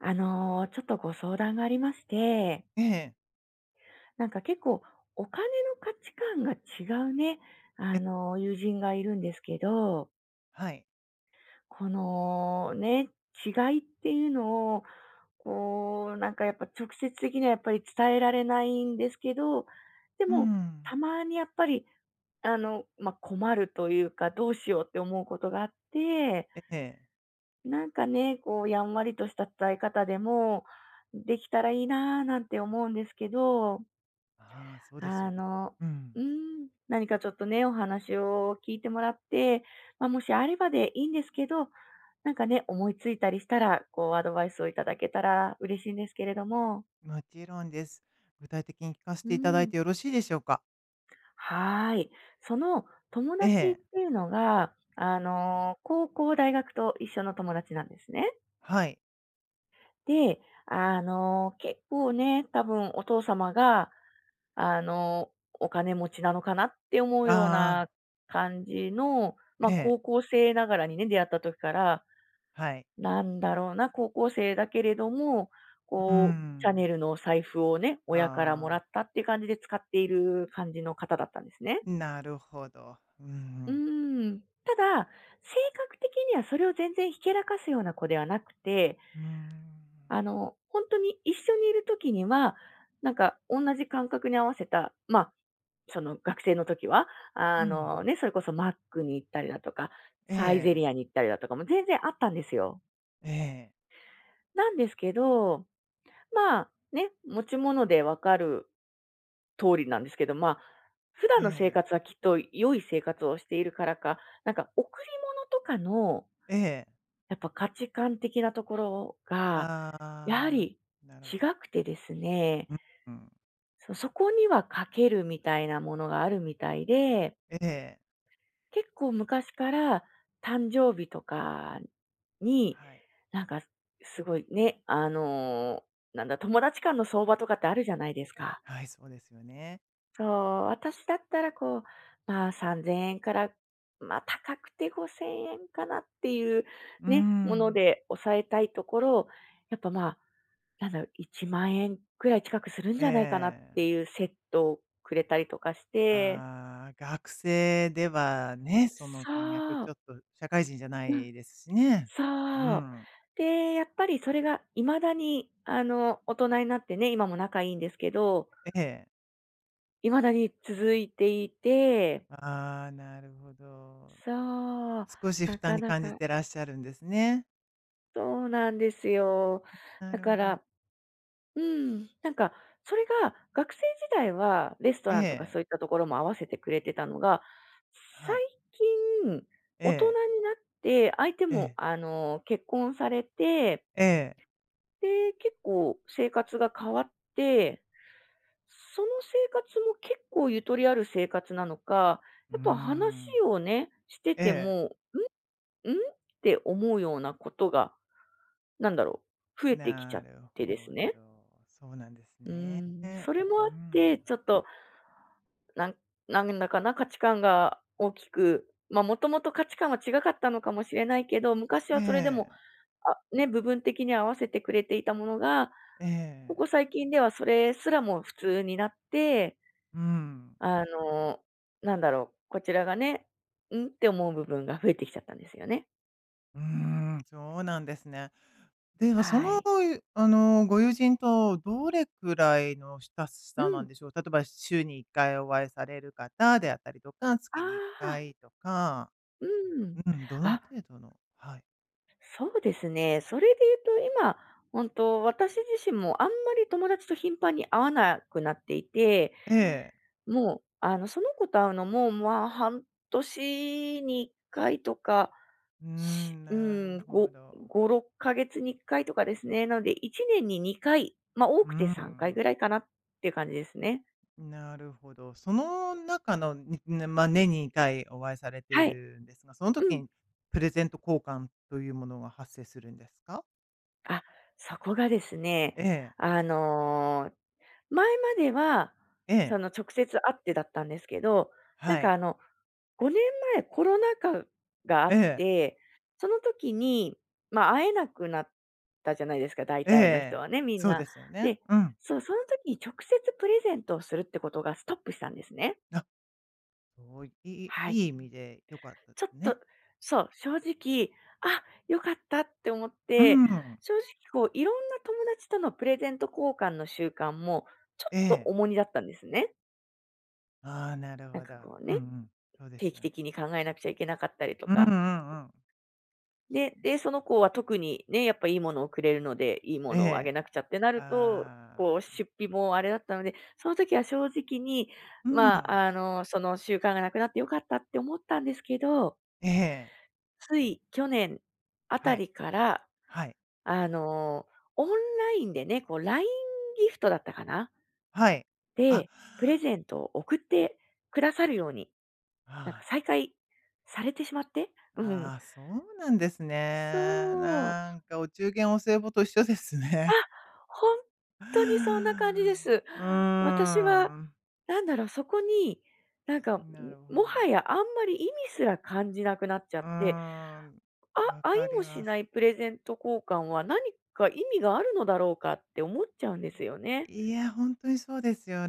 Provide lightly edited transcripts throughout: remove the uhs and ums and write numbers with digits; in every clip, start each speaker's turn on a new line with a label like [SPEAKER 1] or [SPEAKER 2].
[SPEAKER 1] ちょっとご相談がありまして、
[SPEAKER 2] ええ、
[SPEAKER 1] なんか結構お金の価値観が違うね、
[SPEAKER 2] え、
[SPEAKER 1] 友人がいるんですけど、
[SPEAKER 2] はい。
[SPEAKER 1] このね、違いっていうのを、こう、なんかやっぱ直接的にはやっぱり伝えられないんですけど、で
[SPEAKER 2] う
[SPEAKER 1] も、
[SPEAKER 2] ん。
[SPEAKER 1] たまにやっぱり、困るというか、どうしようって思うことがあって、
[SPEAKER 2] ええ。
[SPEAKER 1] なんかね、こう、やんわりとした伝え方でも、できたらいいなぁなんて思うんですけど、
[SPEAKER 2] ああ、そうです
[SPEAKER 1] あ
[SPEAKER 2] よね。
[SPEAKER 1] の、
[SPEAKER 2] うん。
[SPEAKER 1] うん、何かちょっとね、お話を聞いてもらって、まあ、もしあればでいいんですけど、なんかね、思いついたりしたら、こう、アドバイスをいただけたら嬉しいんですけれども。
[SPEAKER 2] もちろんです。具体的に聞かせ
[SPEAKER 1] う
[SPEAKER 2] ていただい
[SPEAKER 1] ん。
[SPEAKER 2] てよろしいでしょうか？
[SPEAKER 1] はーい。その友
[SPEAKER 2] え
[SPEAKER 1] 達っ
[SPEAKER 2] え、
[SPEAKER 1] ていうのが、高校、大学と一緒の友達なんですね。
[SPEAKER 2] はい。
[SPEAKER 1] で、結構ね、多分お父様が、あの、お金持ちなのかなって思うよう
[SPEAKER 2] あ
[SPEAKER 1] な
[SPEAKER 2] あ、
[SPEAKER 1] 感じの、まあ、
[SPEAKER 2] ええ、
[SPEAKER 1] 高校生ながらにね、出会った時から、
[SPEAKER 2] はい。
[SPEAKER 1] なんだろうな、高校生だけれども、
[SPEAKER 2] う
[SPEAKER 1] こう、シャネ
[SPEAKER 2] ん。
[SPEAKER 1] ルの財布をね、親からもらっ
[SPEAKER 2] ああ、
[SPEAKER 1] たっていう感じで使っている感じの方だったんですね。
[SPEAKER 2] なるほど。う
[SPEAKER 1] う
[SPEAKER 2] ん。
[SPEAKER 1] ーん。ただ、性格的にはそれを全然ひけらかすような子ではなくて、
[SPEAKER 2] うーん。
[SPEAKER 1] 本当に一緒にいるときには、なんか同じ感覚に合わせた、まあ、その学生の時は、
[SPEAKER 2] うん。
[SPEAKER 1] ね、それこそマックに行ったりだとか、
[SPEAKER 2] え
[SPEAKER 1] サイゼ
[SPEAKER 2] え、
[SPEAKER 1] リアに行ったりだとかも全然あったんですよ。
[SPEAKER 2] ええ、
[SPEAKER 1] なんですけど、まあ、ね、持ち物で分かる通りなんですけど、まあ、普段
[SPEAKER 2] え
[SPEAKER 1] の生
[SPEAKER 2] え、
[SPEAKER 1] 活はきっと良い生活をしているからか、なんか贈り物とかの、
[SPEAKER 2] ええ。
[SPEAKER 1] やっぱ価値観的なところが、やは
[SPEAKER 2] ああ、
[SPEAKER 1] り
[SPEAKER 2] なるほ
[SPEAKER 1] 違
[SPEAKER 2] ど。
[SPEAKER 1] くてですね、
[SPEAKER 2] うん、
[SPEAKER 1] そこにはかけるみたいなものがあるみたいで、
[SPEAKER 2] ええ、
[SPEAKER 1] 結構昔から誕生日とかに、
[SPEAKER 2] はい。
[SPEAKER 1] なんかすごいね、あの、なんだ、友達間の相場とかってあるじゃないですか。
[SPEAKER 2] はい、そうですよね。
[SPEAKER 1] そう、私だったらこう、まあ3,000円から、まあ高くて5,000円かなっていう
[SPEAKER 2] う
[SPEAKER 1] ね、もの
[SPEAKER 2] ん。
[SPEAKER 1] で抑えたいところを、やっぱ、1万円くらい近くするん
[SPEAKER 2] え
[SPEAKER 1] じゃないかなって
[SPEAKER 2] え。
[SPEAKER 1] いうセットをくれたりとかして。
[SPEAKER 2] ああ、学生ではね、その金額
[SPEAKER 1] そ
[SPEAKER 2] ちょっ
[SPEAKER 1] う。
[SPEAKER 2] と社会人じゃな
[SPEAKER 1] うん、
[SPEAKER 2] いですしね。う
[SPEAKER 1] そう。
[SPEAKER 2] ん。
[SPEAKER 1] で、やっぱりそれが未だに、大人になってね、今も仲いいんですけど、
[SPEAKER 2] ええ。
[SPEAKER 1] 未だに続いていて、
[SPEAKER 2] ああー、なるほど。
[SPEAKER 1] そう、
[SPEAKER 2] 少し
[SPEAKER 1] な
[SPEAKER 2] 負担
[SPEAKER 1] か
[SPEAKER 2] に
[SPEAKER 1] な
[SPEAKER 2] 感じ
[SPEAKER 1] か
[SPEAKER 2] てらっしゃるんですね。
[SPEAKER 1] そうなんですよ。
[SPEAKER 2] な
[SPEAKER 1] だ
[SPEAKER 2] る
[SPEAKER 1] か
[SPEAKER 2] ほど。
[SPEAKER 1] ら、うん。なんか、それが学生時代はレスト
[SPEAKER 2] え
[SPEAKER 1] ランとか
[SPEAKER 2] え、
[SPEAKER 1] そういったところも合わせてくれてたのが、最
[SPEAKER 2] はい。
[SPEAKER 1] 近、
[SPEAKER 2] え
[SPEAKER 1] 大人
[SPEAKER 2] え、
[SPEAKER 1] になって、相手
[SPEAKER 2] え
[SPEAKER 1] も、
[SPEAKER 2] え、
[SPEAKER 1] 結婚されて、
[SPEAKER 2] ええ。
[SPEAKER 1] で、結構生活が変わって、その生活も結構ゆとりある生活なのか、
[SPEAKER 2] うー
[SPEAKER 1] やっぱ話
[SPEAKER 2] ん。
[SPEAKER 1] をね、して
[SPEAKER 2] え
[SPEAKER 1] て
[SPEAKER 2] え。
[SPEAKER 1] も、んって思うようなことが、なんだろう、増えてきちゃ
[SPEAKER 2] な
[SPEAKER 1] っ
[SPEAKER 2] る
[SPEAKER 1] てで
[SPEAKER 2] ほ
[SPEAKER 1] すね。
[SPEAKER 2] ど。そうなんです
[SPEAKER 1] う
[SPEAKER 2] ね。
[SPEAKER 1] ん、それも
[SPEAKER 2] う
[SPEAKER 1] あって、
[SPEAKER 2] ん。
[SPEAKER 1] ちょっと、なんなんだかな、価値観が大きく、まあ、もともと価値観は違かったのかもしれないけど、昔
[SPEAKER 2] え
[SPEAKER 1] はそれでも、
[SPEAKER 2] え、
[SPEAKER 1] あ、ね、部分的に合わせてくれていたものが、
[SPEAKER 2] え
[SPEAKER 1] こ
[SPEAKER 2] え。
[SPEAKER 1] こ最近ではそれすらも普通になって、
[SPEAKER 2] うん。
[SPEAKER 1] あの、なんだろう、こちらがね、「ん？」って思う部分が増えてきちゃったんですよね。
[SPEAKER 2] うーん、そうなんですね。では、その、
[SPEAKER 1] はい。
[SPEAKER 2] あの、ご友人とどれくらいの親し
[SPEAKER 1] う
[SPEAKER 2] さなん
[SPEAKER 1] ん。
[SPEAKER 2] でしょう？例えば週に1回お会いされる方であったりとか、
[SPEAKER 1] あ
[SPEAKER 2] 月に1
[SPEAKER 1] あ、
[SPEAKER 2] 回とか、
[SPEAKER 1] うん。
[SPEAKER 2] うん、どの程
[SPEAKER 1] あ、
[SPEAKER 2] 度のはい。
[SPEAKER 1] そうですね。それで言うと、今、本当、私自身もあんまり友達と頻繁に会わなくなっていて、
[SPEAKER 2] ええ。
[SPEAKER 1] もう、その子と会うのも、まあ、半年に1回とか、
[SPEAKER 2] うーん、
[SPEAKER 1] う
[SPEAKER 2] なる
[SPEAKER 1] ん、
[SPEAKER 2] ほど。
[SPEAKER 1] 5、6ヶ月に1回とかですね。なので、1年に2回、まあ、多
[SPEAKER 2] う
[SPEAKER 1] くて
[SPEAKER 2] ん
[SPEAKER 1] 3回ぐ
[SPEAKER 2] ん。
[SPEAKER 1] らいかなっていう感じですね。
[SPEAKER 2] なるほど。その中の、にね、まあ、年に2回お会いされてい
[SPEAKER 1] はい。
[SPEAKER 2] るんですが、その
[SPEAKER 1] う
[SPEAKER 2] 時
[SPEAKER 1] ん。
[SPEAKER 2] にプレゼント交換というものが発生するんですか？
[SPEAKER 1] あ、そこがですね、
[SPEAKER 2] ええ、
[SPEAKER 1] あの前までは、
[SPEAKER 2] ええ、
[SPEAKER 1] その、直接会ってだったんですけど、なん
[SPEAKER 2] は
[SPEAKER 1] か、
[SPEAKER 2] い、
[SPEAKER 1] あの、5年前コロナ禍があ
[SPEAKER 2] え
[SPEAKER 1] っ
[SPEAKER 2] え。
[SPEAKER 1] て、その時に、ま、会えなくなったじゃないですか、大
[SPEAKER 2] え
[SPEAKER 1] 体の人
[SPEAKER 2] え、
[SPEAKER 1] はね、みん
[SPEAKER 2] そう
[SPEAKER 1] な。
[SPEAKER 2] ですよね。
[SPEAKER 1] で、
[SPEAKER 2] うん。
[SPEAKER 1] そう、その時に直接プレゼントをするってことがストップしたんですね。
[SPEAKER 2] あ、そういい
[SPEAKER 1] はい。
[SPEAKER 2] いい意味で良かったで
[SPEAKER 1] ちょっ
[SPEAKER 2] す
[SPEAKER 1] と、
[SPEAKER 2] ね。
[SPEAKER 1] そう、正直、あ、良かったって思っ
[SPEAKER 2] う
[SPEAKER 1] て、
[SPEAKER 2] ん。
[SPEAKER 1] 正直こう、いろんな友達とのプレゼント交換の習慣も、ちょっ
[SPEAKER 2] え
[SPEAKER 1] と
[SPEAKER 2] え。
[SPEAKER 1] 重荷だったんですね。
[SPEAKER 2] ああ、なる
[SPEAKER 1] なん
[SPEAKER 2] ほ
[SPEAKER 1] か
[SPEAKER 2] ど。
[SPEAKER 1] こう
[SPEAKER 2] うんう
[SPEAKER 1] ね、
[SPEAKER 2] ん。そうで
[SPEAKER 1] 定
[SPEAKER 2] す
[SPEAKER 1] 期
[SPEAKER 2] よね。
[SPEAKER 1] 的に考えなくちゃいけなかったりと
[SPEAKER 2] うんうんう
[SPEAKER 1] か。
[SPEAKER 2] ん。
[SPEAKER 1] で、その子は特にね、やっぱいいものをくれるので、いいものをあ
[SPEAKER 2] え
[SPEAKER 1] げなくちゃってな
[SPEAKER 2] え。
[SPEAKER 1] ると、
[SPEAKER 2] あ
[SPEAKER 1] こう
[SPEAKER 2] あ、
[SPEAKER 1] 出費もあれだったので、その時は正直に、
[SPEAKER 2] うん。
[SPEAKER 1] その習慣がなくなって良かったって思ったんですけど、
[SPEAKER 2] ええ。
[SPEAKER 1] つい去年あた
[SPEAKER 2] はい。
[SPEAKER 1] りから、
[SPEAKER 2] はい。
[SPEAKER 1] あの、オンラインでね、こう LINE ギフトだったかな？
[SPEAKER 2] はい。あ、
[SPEAKER 1] で、プレゼントを送ってくださるように、なんか
[SPEAKER 2] ああ、
[SPEAKER 1] 再開されてしまって、うん。
[SPEAKER 2] ああ、そうなんですね。
[SPEAKER 1] そう、
[SPEAKER 2] なんかお中元お歳暮と一緒ですね。
[SPEAKER 1] ほん
[SPEAKER 2] う
[SPEAKER 1] とにそんな感じです。
[SPEAKER 2] ー
[SPEAKER 1] 私は、
[SPEAKER 2] ん。
[SPEAKER 1] なんだろう、そこに、なんか、ん、
[SPEAKER 2] なる
[SPEAKER 1] も
[SPEAKER 2] ほど。
[SPEAKER 1] はやあんまり意味すら感じなくなっちゃ
[SPEAKER 2] うー
[SPEAKER 1] って、
[SPEAKER 2] ん、
[SPEAKER 1] あ
[SPEAKER 2] わ
[SPEAKER 1] あい
[SPEAKER 2] かり
[SPEAKER 1] もし
[SPEAKER 2] ま
[SPEAKER 1] な
[SPEAKER 2] す。
[SPEAKER 1] いプレゼント交換は何か意味があるのだろうかって思っちゃうんですよね。
[SPEAKER 2] いや、本当にそうですよ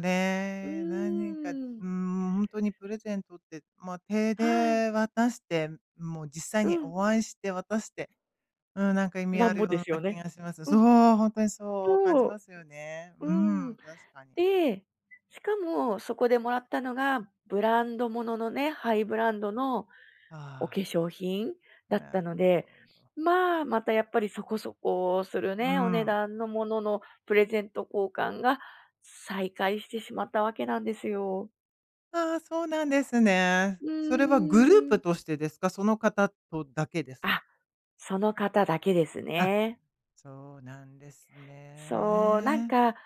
[SPEAKER 1] う
[SPEAKER 2] ね。何人か、う
[SPEAKER 1] ーん。
[SPEAKER 2] 当ん、本当にプレゼントって、まあ、手
[SPEAKER 1] はい。
[SPEAKER 2] で渡して、もう実際
[SPEAKER 1] う
[SPEAKER 2] に
[SPEAKER 1] ん。
[SPEAKER 2] お会いして渡して、うん、なんか意味
[SPEAKER 1] な
[SPEAKER 2] あ
[SPEAKER 1] ん
[SPEAKER 2] る
[SPEAKER 1] ぼ
[SPEAKER 2] よう
[SPEAKER 1] です
[SPEAKER 2] な
[SPEAKER 1] よ
[SPEAKER 2] 気
[SPEAKER 1] ね。
[SPEAKER 2] がします。
[SPEAKER 1] う
[SPEAKER 2] そう、
[SPEAKER 1] ん、
[SPEAKER 2] 本当にそう感じ
[SPEAKER 1] そ
[SPEAKER 2] ますよね。
[SPEAKER 1] う。
[SPEAKER 2] う
[SPEAKER 1] うん。
[SPEAKER 2] ん、確かに。
[SPEAKER 1] で、しかもそこでもらったのが、ブランドもののね、ハイブランドのお化
[SPEAKER 2] ああ、
[SPEAKER 1] 粧品だっ
[SPEAKER 2] な
[SPEAKER 1] た
[SPEAKER 2] る
[SPEAKER 1] ので、
[SPEAKER 2] ほど。
[SPEAKER 1] まあ、またやっぱりそこそこする
[SPEAKER 2] う
[SPEAKER 1] ね、お値
[SPEAKER 2] ん。
[SPEAKER 1] 段のもののプレゼント交換が再開してしまったわけなんですよ。
[SPEAKER 2] ああ、そうなんですね。
[SPEAKER 1] う
[SPEAKER 2] それはグルー
[SPEAKER 1] ー
[SPEAKER 2] プ
[SPEAKER 1] ん。
[SPEAKER 2] としてですか？その方とだけですか？
[SPEAKER 1] あ、その方だけです
[SPEAKER 2] あ、
[SPEAKER 1] ね。
[SPEAKER 2] そうなんです
[SPEAKER 1] そう、なん
[SPEAKER 2] ね。
[SPEAKER 1] か、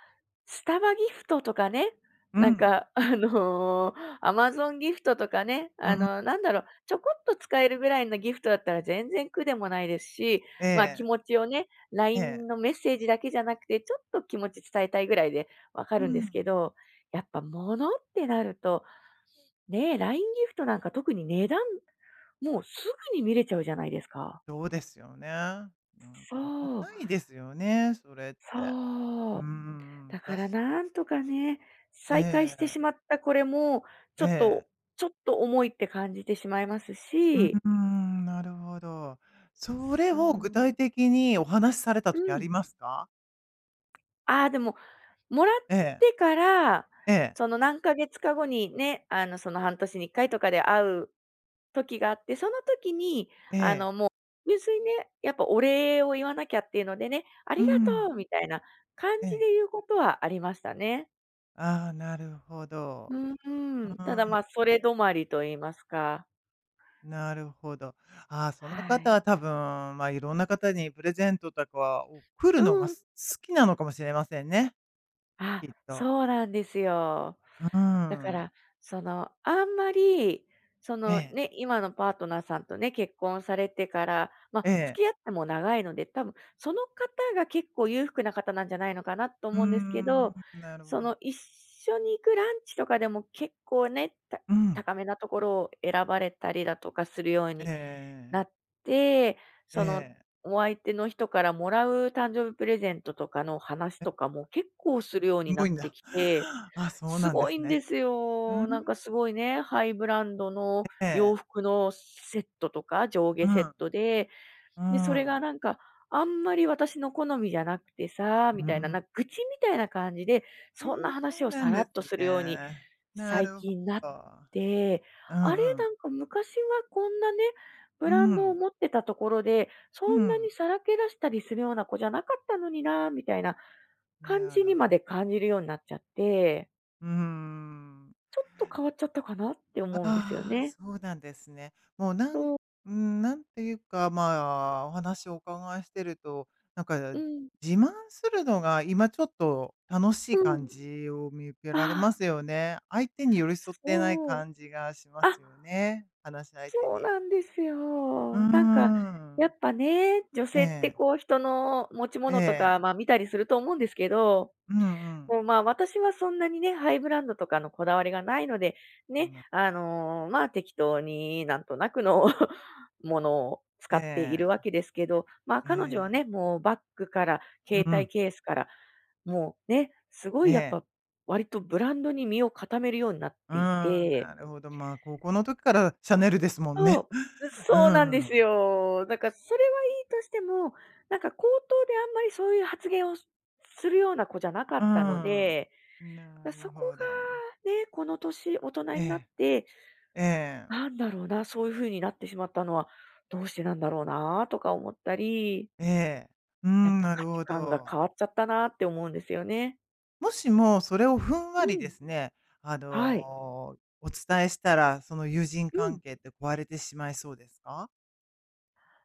[SPEAKER 1] スタバギフトとかね、
[SPEAKER 2] う
[SPEAKER 1] なん
[SPEAKER 2] ん、
[SPEAKER 1] か、あの、アマゾンギフトとかね、
[SPEAKER 2] うん、
[SPEAKER 1] なんだろう、ちょこっと使えるぐらいのギフトだったら全然苦でもないですし、
[SPEAKER 2] え
[SPEAKER 1] ま、気
[SPEAKER 2] え、
[SPEAKER 1] 持ちをね、
[SPEAKER 2] え
[SPEAKER 1] LINE
[SPEAKER 2] え。
[SPEAKER 1] のメッセージだけじゃなくて、ちょっと気持ち伝えたいぐらいでわか
[SPEAKER 2] う
[SPEAKER 1] るんです
[SPEAKER 2] ん、
[SPEAKER 1] けど、やっぱ物ってなると、ねえ、LINE ギフトなんか特に値段、もうすぐに見れちゃうじゃないですか。
[SPEAKER 2] そうですよね。なんか重
[SPEAKER 1] そう、
[SPEAKER 2] たいですよね、それって。
[SPEAKER 1] そ
[SPEAKER 2] うー
[SPEAKER 1] う。
[SPEAKER 2] ん、
[SPEAKER 1] だからなんとかね、再会してし
[SPEAKER 2] え
[SPEAKER 1] まったこれも、ちょ
[SPEAKER 2] え、え
[SPEAKER 1] っ
[SPEAKER 2] え。
[SPEAKER 1] とちょっと重いって感じてしまいます
[SPEAKER 2] う
[SPEAKER 1] し、
[SPEAKER 2] ーん、なるほど。それ
[SPEAKER 1] そ
[SPEAKER 2] を具
[SPEAKER 1] う、
[SPEAKER 2] 体的にお話しされた
[SPEAKER 1] う
[SPEAKER 2] 時あ
[SPEAKER 1] ん。
[SPEAKER 2] りますか？
[SPEAKER 1] ああ、でも、もらっ
[SPEAKER 2] ええ、
[SPEAKER 1] てから、
[SPEAKER 2] ええ、
[SPEAKER 1] その何ヶ月か後にね、その半年に1回とかで会う時があって、その時に、
[SPEAKER 2] ええ、
[SPEAKER 1] もう純粋にね、やっぱお礼を言わなきゃっていうのでね、あり
[SPEAKER 2] う
[SPEAKER 1] が
[SPEAKER 2] ん、
[SPEAKER 1] とうみたいな感
[SPEAKER 2] え
[SPEAKER 1] じ
[SPEAKER 2] え。
[SPEAKER 1] で言うことはありましたね。
[SPEAKER 2] ああ、なるほど。
[SPEAKER 1] う
[SPEAKER 2] う
[SPEAKER 1] ん、ただ、
[SPEAKER 2] ー
[SPEAKER 1] ま
[SPEAKER 2] ん。
[SPEAKER 1] あ、それ止まりと言いますか。
[SPEAKER 2] なるほど。ああ、その
[SPEAKER 1] は
[SPEAKER 2] 方
[SPEAKER 1] い。
[SPEAKER 2] は多分、まあ、いろんな方にプレゼントとかを送
[SPEAKER 1] う
[SPEAKER 2] るのが
[SPEAKER 1] ん。
[SPEAKER 2] 好きなのかもしれませんね、
[SPEAKER 1] あ、
[SPEAKER 2] きっと。
[SPEAKER 1] そうなんですよ。
[SPEAKER 2] うー
[SPEAKER 1] だか
[SPEAKER 2] ん。
[SPEAKER 1] ら、その、あんまり、そ
[SPEAKER 2] え
[SPEAKER 1] の
[SPEAKER 2] え、
[SPEAKER 1] ね、今のパートナーさんとね、結婚されてから、まあ、
[SPEAKER 2] ええ。
[SPEAKER 1] 付き合っても長いので、多分その方が結構裕福な方なんじゃないのかなと
[SPEAKER 2] うー
[SPEAKER 1] 思うんですけ
[SPEAKER 2] ん、
[SPEAKER 1] ど、
[SPEAKER 2] なる
[SPEAKER 1] そ
[SPEAKER 2] ほど。
[SPEAKER 1] の、一緒に行くランチとかでも結構ね、
[SPEAKER 2] うん。
[SPEAKER 1] 高めなところを選ばれたりだとかするよう
[SPEAKER 2] え
[SPEAKER 1] にな
[SPEAKER 2] ええ
[SPEAKER 1] っ
[SPEAKER 2] え、
[SPEAKER 1] て、その、お相手の人からもらう誕生日プレゼントとかの話とかも結構するように
[SPEAKER 2] す
[SPEAKER 1] な
[SPEAKER 2] ごい
[SPEAKER 1] っ
[SPEAKER 2] ん
[SPEAKER 1] て
[SPEAKER 2] だ。
[SPEAKER 1] きて、
[SPEAKER 2] あ、そう
[SPEAKER 1] す
[SPEAKER 2] なんで
[SPEAKER 1] ごい
[SPEAKER 2] す
[SPEAKER 1] んで
[SPEAKER 2] ね。
[SPEAKER 1] す
[SPEAKER 2] う
[SPEAKER 1] よ。
[SPEAKER 2] ん。
[SPEAKER 1] なんかすごいね、ハイブランドの
[SPEAKER 2] え
[SPEAKER 1] 洋
[SPEAKER 2] え。
[SPEAKER 1] 服のセットとか上
[SPEAKER 2] う
[SPEAKER 1] 下セッ
[SPEAKER 2] ん、
[SPEAKER 1] トで、
[SPEAKER 2] う
[SPEAKER 1] で、それ
[SPEAKER 2] ん、
[SPEAKER 1] がなんか、あんまり私の好みじゃなくてさ、
[SPEAKER 2] う
[SPEAKER 1] みたいな、な
[SPEAKER 2] ん。
[SPEAKER 1] んか愚痴みたいな感じで、
[SPEAKER 2] ええ、
[SPEAKER 1] そんな話
[SPEAKER 2] そう
[SPEAKER 1] を
[SPEAKER 2] な
[SPEAKER 1] さ
[SPEAKER 2] ん
[SPEAKER 1] ら
[SPEAKER 2] で
[SPEAKER 1] っ
[SPEAKER 2] す
[SPEAKER 1] とするように
[SPEAKER 2] ね。な
[SPEAKER 1] 最
[SPEAKER 2] るほ
[SPEAKER 1] 近なっ
[SPEAKER 2] ど。
[SPEAKER 1] て、
[SPEAKER 2] う
[SPEAKER 1] あれ、
[SPEAKER 2] んう
[SPEAKER 1] な
[SPEAKER 2] ん。
[SPEAKER 1] んか昔はこんなね、ブ
[SPEAKER 2] う
[SPEAKER 1] ランドを
[SPEAKER 2] ん、
[SPEAKER 1] 持ってたところで、そ
[SPEAKER 2] う
[SPEAKER 1] んなに
[SPEAKER 2] ん。
[SPEAKER 1] さらけ出したりするような子じゃなかったのにな、みたいな感
[SPEAKER 2] な
[SPEAKER 1] じに
[SPEAKER 2] る、
[SPEAKER 1] まで感じるようになっちゃって、
[SPEAKER 2] うーん。
[SPEAKER 1] ちょっと変わっちゃったかなって思うんですよ
[SPEAKER 2] ああ、
[SPEAKER 1] ね。
[SPEAKER 2] そうなんですね。もうなん、
[SPEAKER 1] そう、
[SPEAKER 2] うん、なんていうか、まあ、お話をお伺いしてると、なんか
[SPEAKER 1] うん、
[SPEAKER 2] 自慢するのが今ちょっと楽し
[SPEAKER 1] う
[SPEAKER 2] い感
[SPEAKER 1] ん。
[SPEAKER 2] じを見受け
[SPEAKER 1] あ
[SPEAKER 2] られま
[SPEAKER 1] あ、
[SPEAKER 2] すよね。相手に寄り添ってない
[SPEAKER 1] そう。
[SPEAKER 2] 感じがしま
[SPEAKER 1] あ、
[SPEAKER 2] すよね、話し相手
[SPEAKER 1] そう
[SPEAKER 2] に。
[SPEAKER 1] なんです
[SPEAKER 2] うー
[SPEAKER 1] よ。なんか、やっ
[SPEAKER 2] ん。
[SPEAKER 1] ぱね、女
[SPEAKER 2] え
[SPEAKER 1] 性って
[SPEAKER 2] え、
[SPEAKER 1] こう人の持ち
[SPEAKER 2] え
[SPEAKER 1] 物と
[SPEAKER 2] え、
[SPEAKER 1] か、ま、見たりすると思うんですけど、
[SPEAKER 2] うんうん。
[SPEAKER 1] こう、ま、私はそんなにね、ハイブランドとかのこだわりがないので、
[SPEAKER 2] う
[SPEAKER 1] ね、
[SPEAKER 2] ん、
[SPEAKER 1] ま、適当になんとなくの ものを使
[SPEAKER 2] え
[SPEAKER 1] っているわ
[SPEAKER 2] え、
[SPEAKER 1] けですけど、ま、
[SPEAKER 2] え
[SPEAKER 1] 彼女はね、
[SPEAKER 2] え、
[SPEAKER 1] もうバッグから
[SPEAKER 2] う
[SPEAKER 1] 携帯
[SPEAKER 2] ん、
[SPEAKER 1] ケースから、もうね、すご
[SPEAKER 2] え
[SPEAKER 1] いやっ
[SPEAKER 2] え。
[SPEAKER 1] ぱ割とブランドに身を固めるようになっ
[SPEAKER 2] う
[SPEAKER 1] てい
[SPEAKER 2] ーん、
[SPEAKER 1] て、
[SPEAKER 2] なるほど。まあ、高校の時からシャネルですもん
[SPEAKER 1] そ
[SPEAKER 2] ね。
[SPEAKER 1] う。
[SPEAKER 2] う
[SPEAKER 1] そうなんです
[SPEAKER 2] ん。
[SPEAKER 1] よ。だから、それはいいとしても、なんか口頭であんまりそういう発言をするような子じゃなか
[SPEAKER 2] うー
[SPEAKER 1] ったの
[SPEAKER 2] ん。
[SPEAKER 1] で、
[SPEAKER 2] なる
[SPEAKER 1] そこ
[SPEAKER 2] ほど。
[SPEAKER 1] がね、この年、大人に
[SPEAKER 2] え
[SPEAKER 1] なっ
[SPEAKER 2] え、
[SPEAKER 1] て、
[SPEAKER 2] ええ、
[SPEAKER 1] なんだろうな、そういう風になってしまったのは、どうしてなんだろうなとか思ったり、
[SPEAKER 2] ええ。うー
[SPEAKER 1] やっ
[SPEAKER 2] ん、
[SPEAKER 1] ぱ
[SPEAKER 2] なる
[SPEAKER 1] 価値
[SPEAKER 2] ほ
[SPEAKER 1] 観が
[SPEAKER 2] ど。
[SPEAKER 1] 変わっちゃったなって思うんですよね。
[SPEAKER 2] もしもそれをふん
[SPEAKER 1] う
[SPEAKER 2] わりで
[SPEAKER 1] ん。
[SPEAKER 2] すね、あ
[SPEAKER 1] はい。
[SPEAKER 2] の、お伝えしたら、その友人
[SPEAKER 1] う
[SPEAKER 2] 関
[SPEAKER 1] ん。
[SPEAKER 2] 係って壊れてしまいそうですか？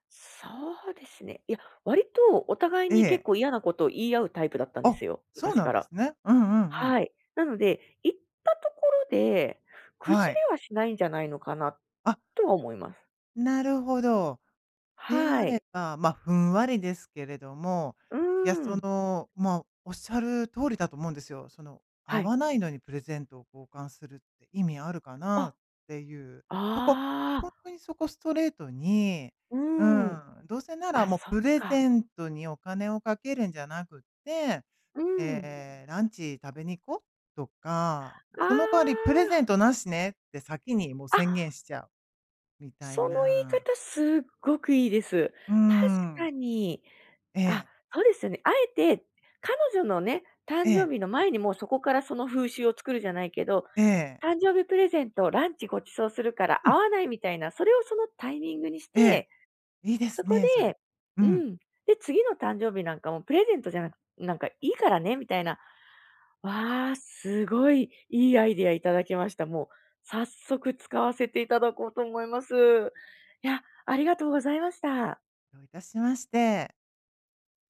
[SPEAKER 1] そうですね。いや、割とお互い
[SPEAKER 2] え
[SPEAKER 1] に結
[SPEAKER 2] え。
[SPEAKER 1] 構嫌なことを言い合うタイプだったんで
[SPEAKER 2] あ、
[SPEAKER 1] すよ、
[SPEAKER 2] そう
[SPEAKER 1] 昔
[SPEAKER 2] な
[SPEAKER 1] か
[SPEAKER 2] んで
[SPEAKER 1] ら。
[SPEAKER 2] すね。うんうんうん。
[SPEAKER 1] はい。なので、行ったところで、崩
[SPEAKER 2] はい。
[SPEAKER 1] れはしないんじゃないのかな
[SPEAKER 2] あ、
[SPEAKER 1] とは思います。
[SPEAKER 2] なるほど。で
[SPEAKER 1] は
[SPEAKER 2] あれ
[SPEAKER 1] い。
[SPEAKER 2] ば、まあ、ふんわりですけれども、
[SPEAKER 1] うー
[SPEAKER 2] いや、そ
[SPEAKER 1] ん。
[SPEAKER 2] の、まあ、おっしゃる通りだと思うんですよ。その、
[SPEAKER 1] は
[SPEAKER 2] 合
[SPEAKER 1] い。
[SPEAKER 2] わないのにプレゼントを交換するって意味あるかな
[SPEAKER 1] あ、
[SPEAKER 2] っていう。そこ、
[SPEAKER 1] あ
[SPEAKER 2] 本
[SPEAKER 1] あ、
[SPEAKER 2] 当にそこストレートに、
[SPEAKER 1] う
[SPEAKER 2] う
[SPEAKER 1] ーん。
[SPEAKER 2] ん、どうせなら
[SPEAKER 1] あ、
[SPEAKER 2] もう
[SPEAKER 1] そっ
[SPEAKER 2] プレ
[SPEAKER 1] か。
[SPEAKER 2] ゼントにお金をかけるんじゃなくって、
[SPEAKER 1] うん。
[SPEAKER 2] えランチ食べに行こうとか、その代わり
[SPEAKER 1] あ
[SPEAKER 2] プレゼントなしねって先にもう
[SPEAKER 1] あ、あ、
[SPEAKER 2] 宣言しちゃうみたい
[SPEAKER 1] その言い
[SPEAKER 2] な。
[SPEAKER 1] 方すっごくいいです。
[SPEAKER 2] う
[SPEAKER 1] 確か
[SPEAKER 2] ん。
[SPEAKER 1] に。
[SPEAKER 2] え
[SPEAKER 1] あ、
[SPEAKER 2] え。
[SPEAKER 1] そうですよね。あえて、彼女のね、誕
[SPEAKER 2] え
[SPEAKER 1] 生
[SPEAKER 2] え、
[SPEAKER 1] 日の前にもうそこからその風習を作るじゃないけど、
[SPEAKER 2] ええ、
[SPEAKER 1] 誕生日プレゼント、ランチご馳走するから
[SPEAKER 2] う
[SPEAKER 1] 会
[SPEAKER 2] ん、
[SPEAKER 1] わないみたいな、それをそのタイミングにし
[SPEAKER 2] ええ、
[SPEAKER 1] て、
[SPEAKER 2] いいで
[SPEAKER 1] そ
[SPEAKER 2] す
[SPEAKER 1] こ
[SPEAKER 2] ね、それ。
[SPEAKER 1] で、
[SPEAKER 2] う
[SPEAKER 1] う
[SPEAKER 2] ん、
[SPEAKER 1] ん。で、次の誕生日なんかもプレゼントじゃなくなんかいいからねみたいな。わあ、すごいいいアイディアいただきました。もう早速使わせていただこうと思います。いや、ありがとうございました。
[SPEAKER 2] どういたしまして。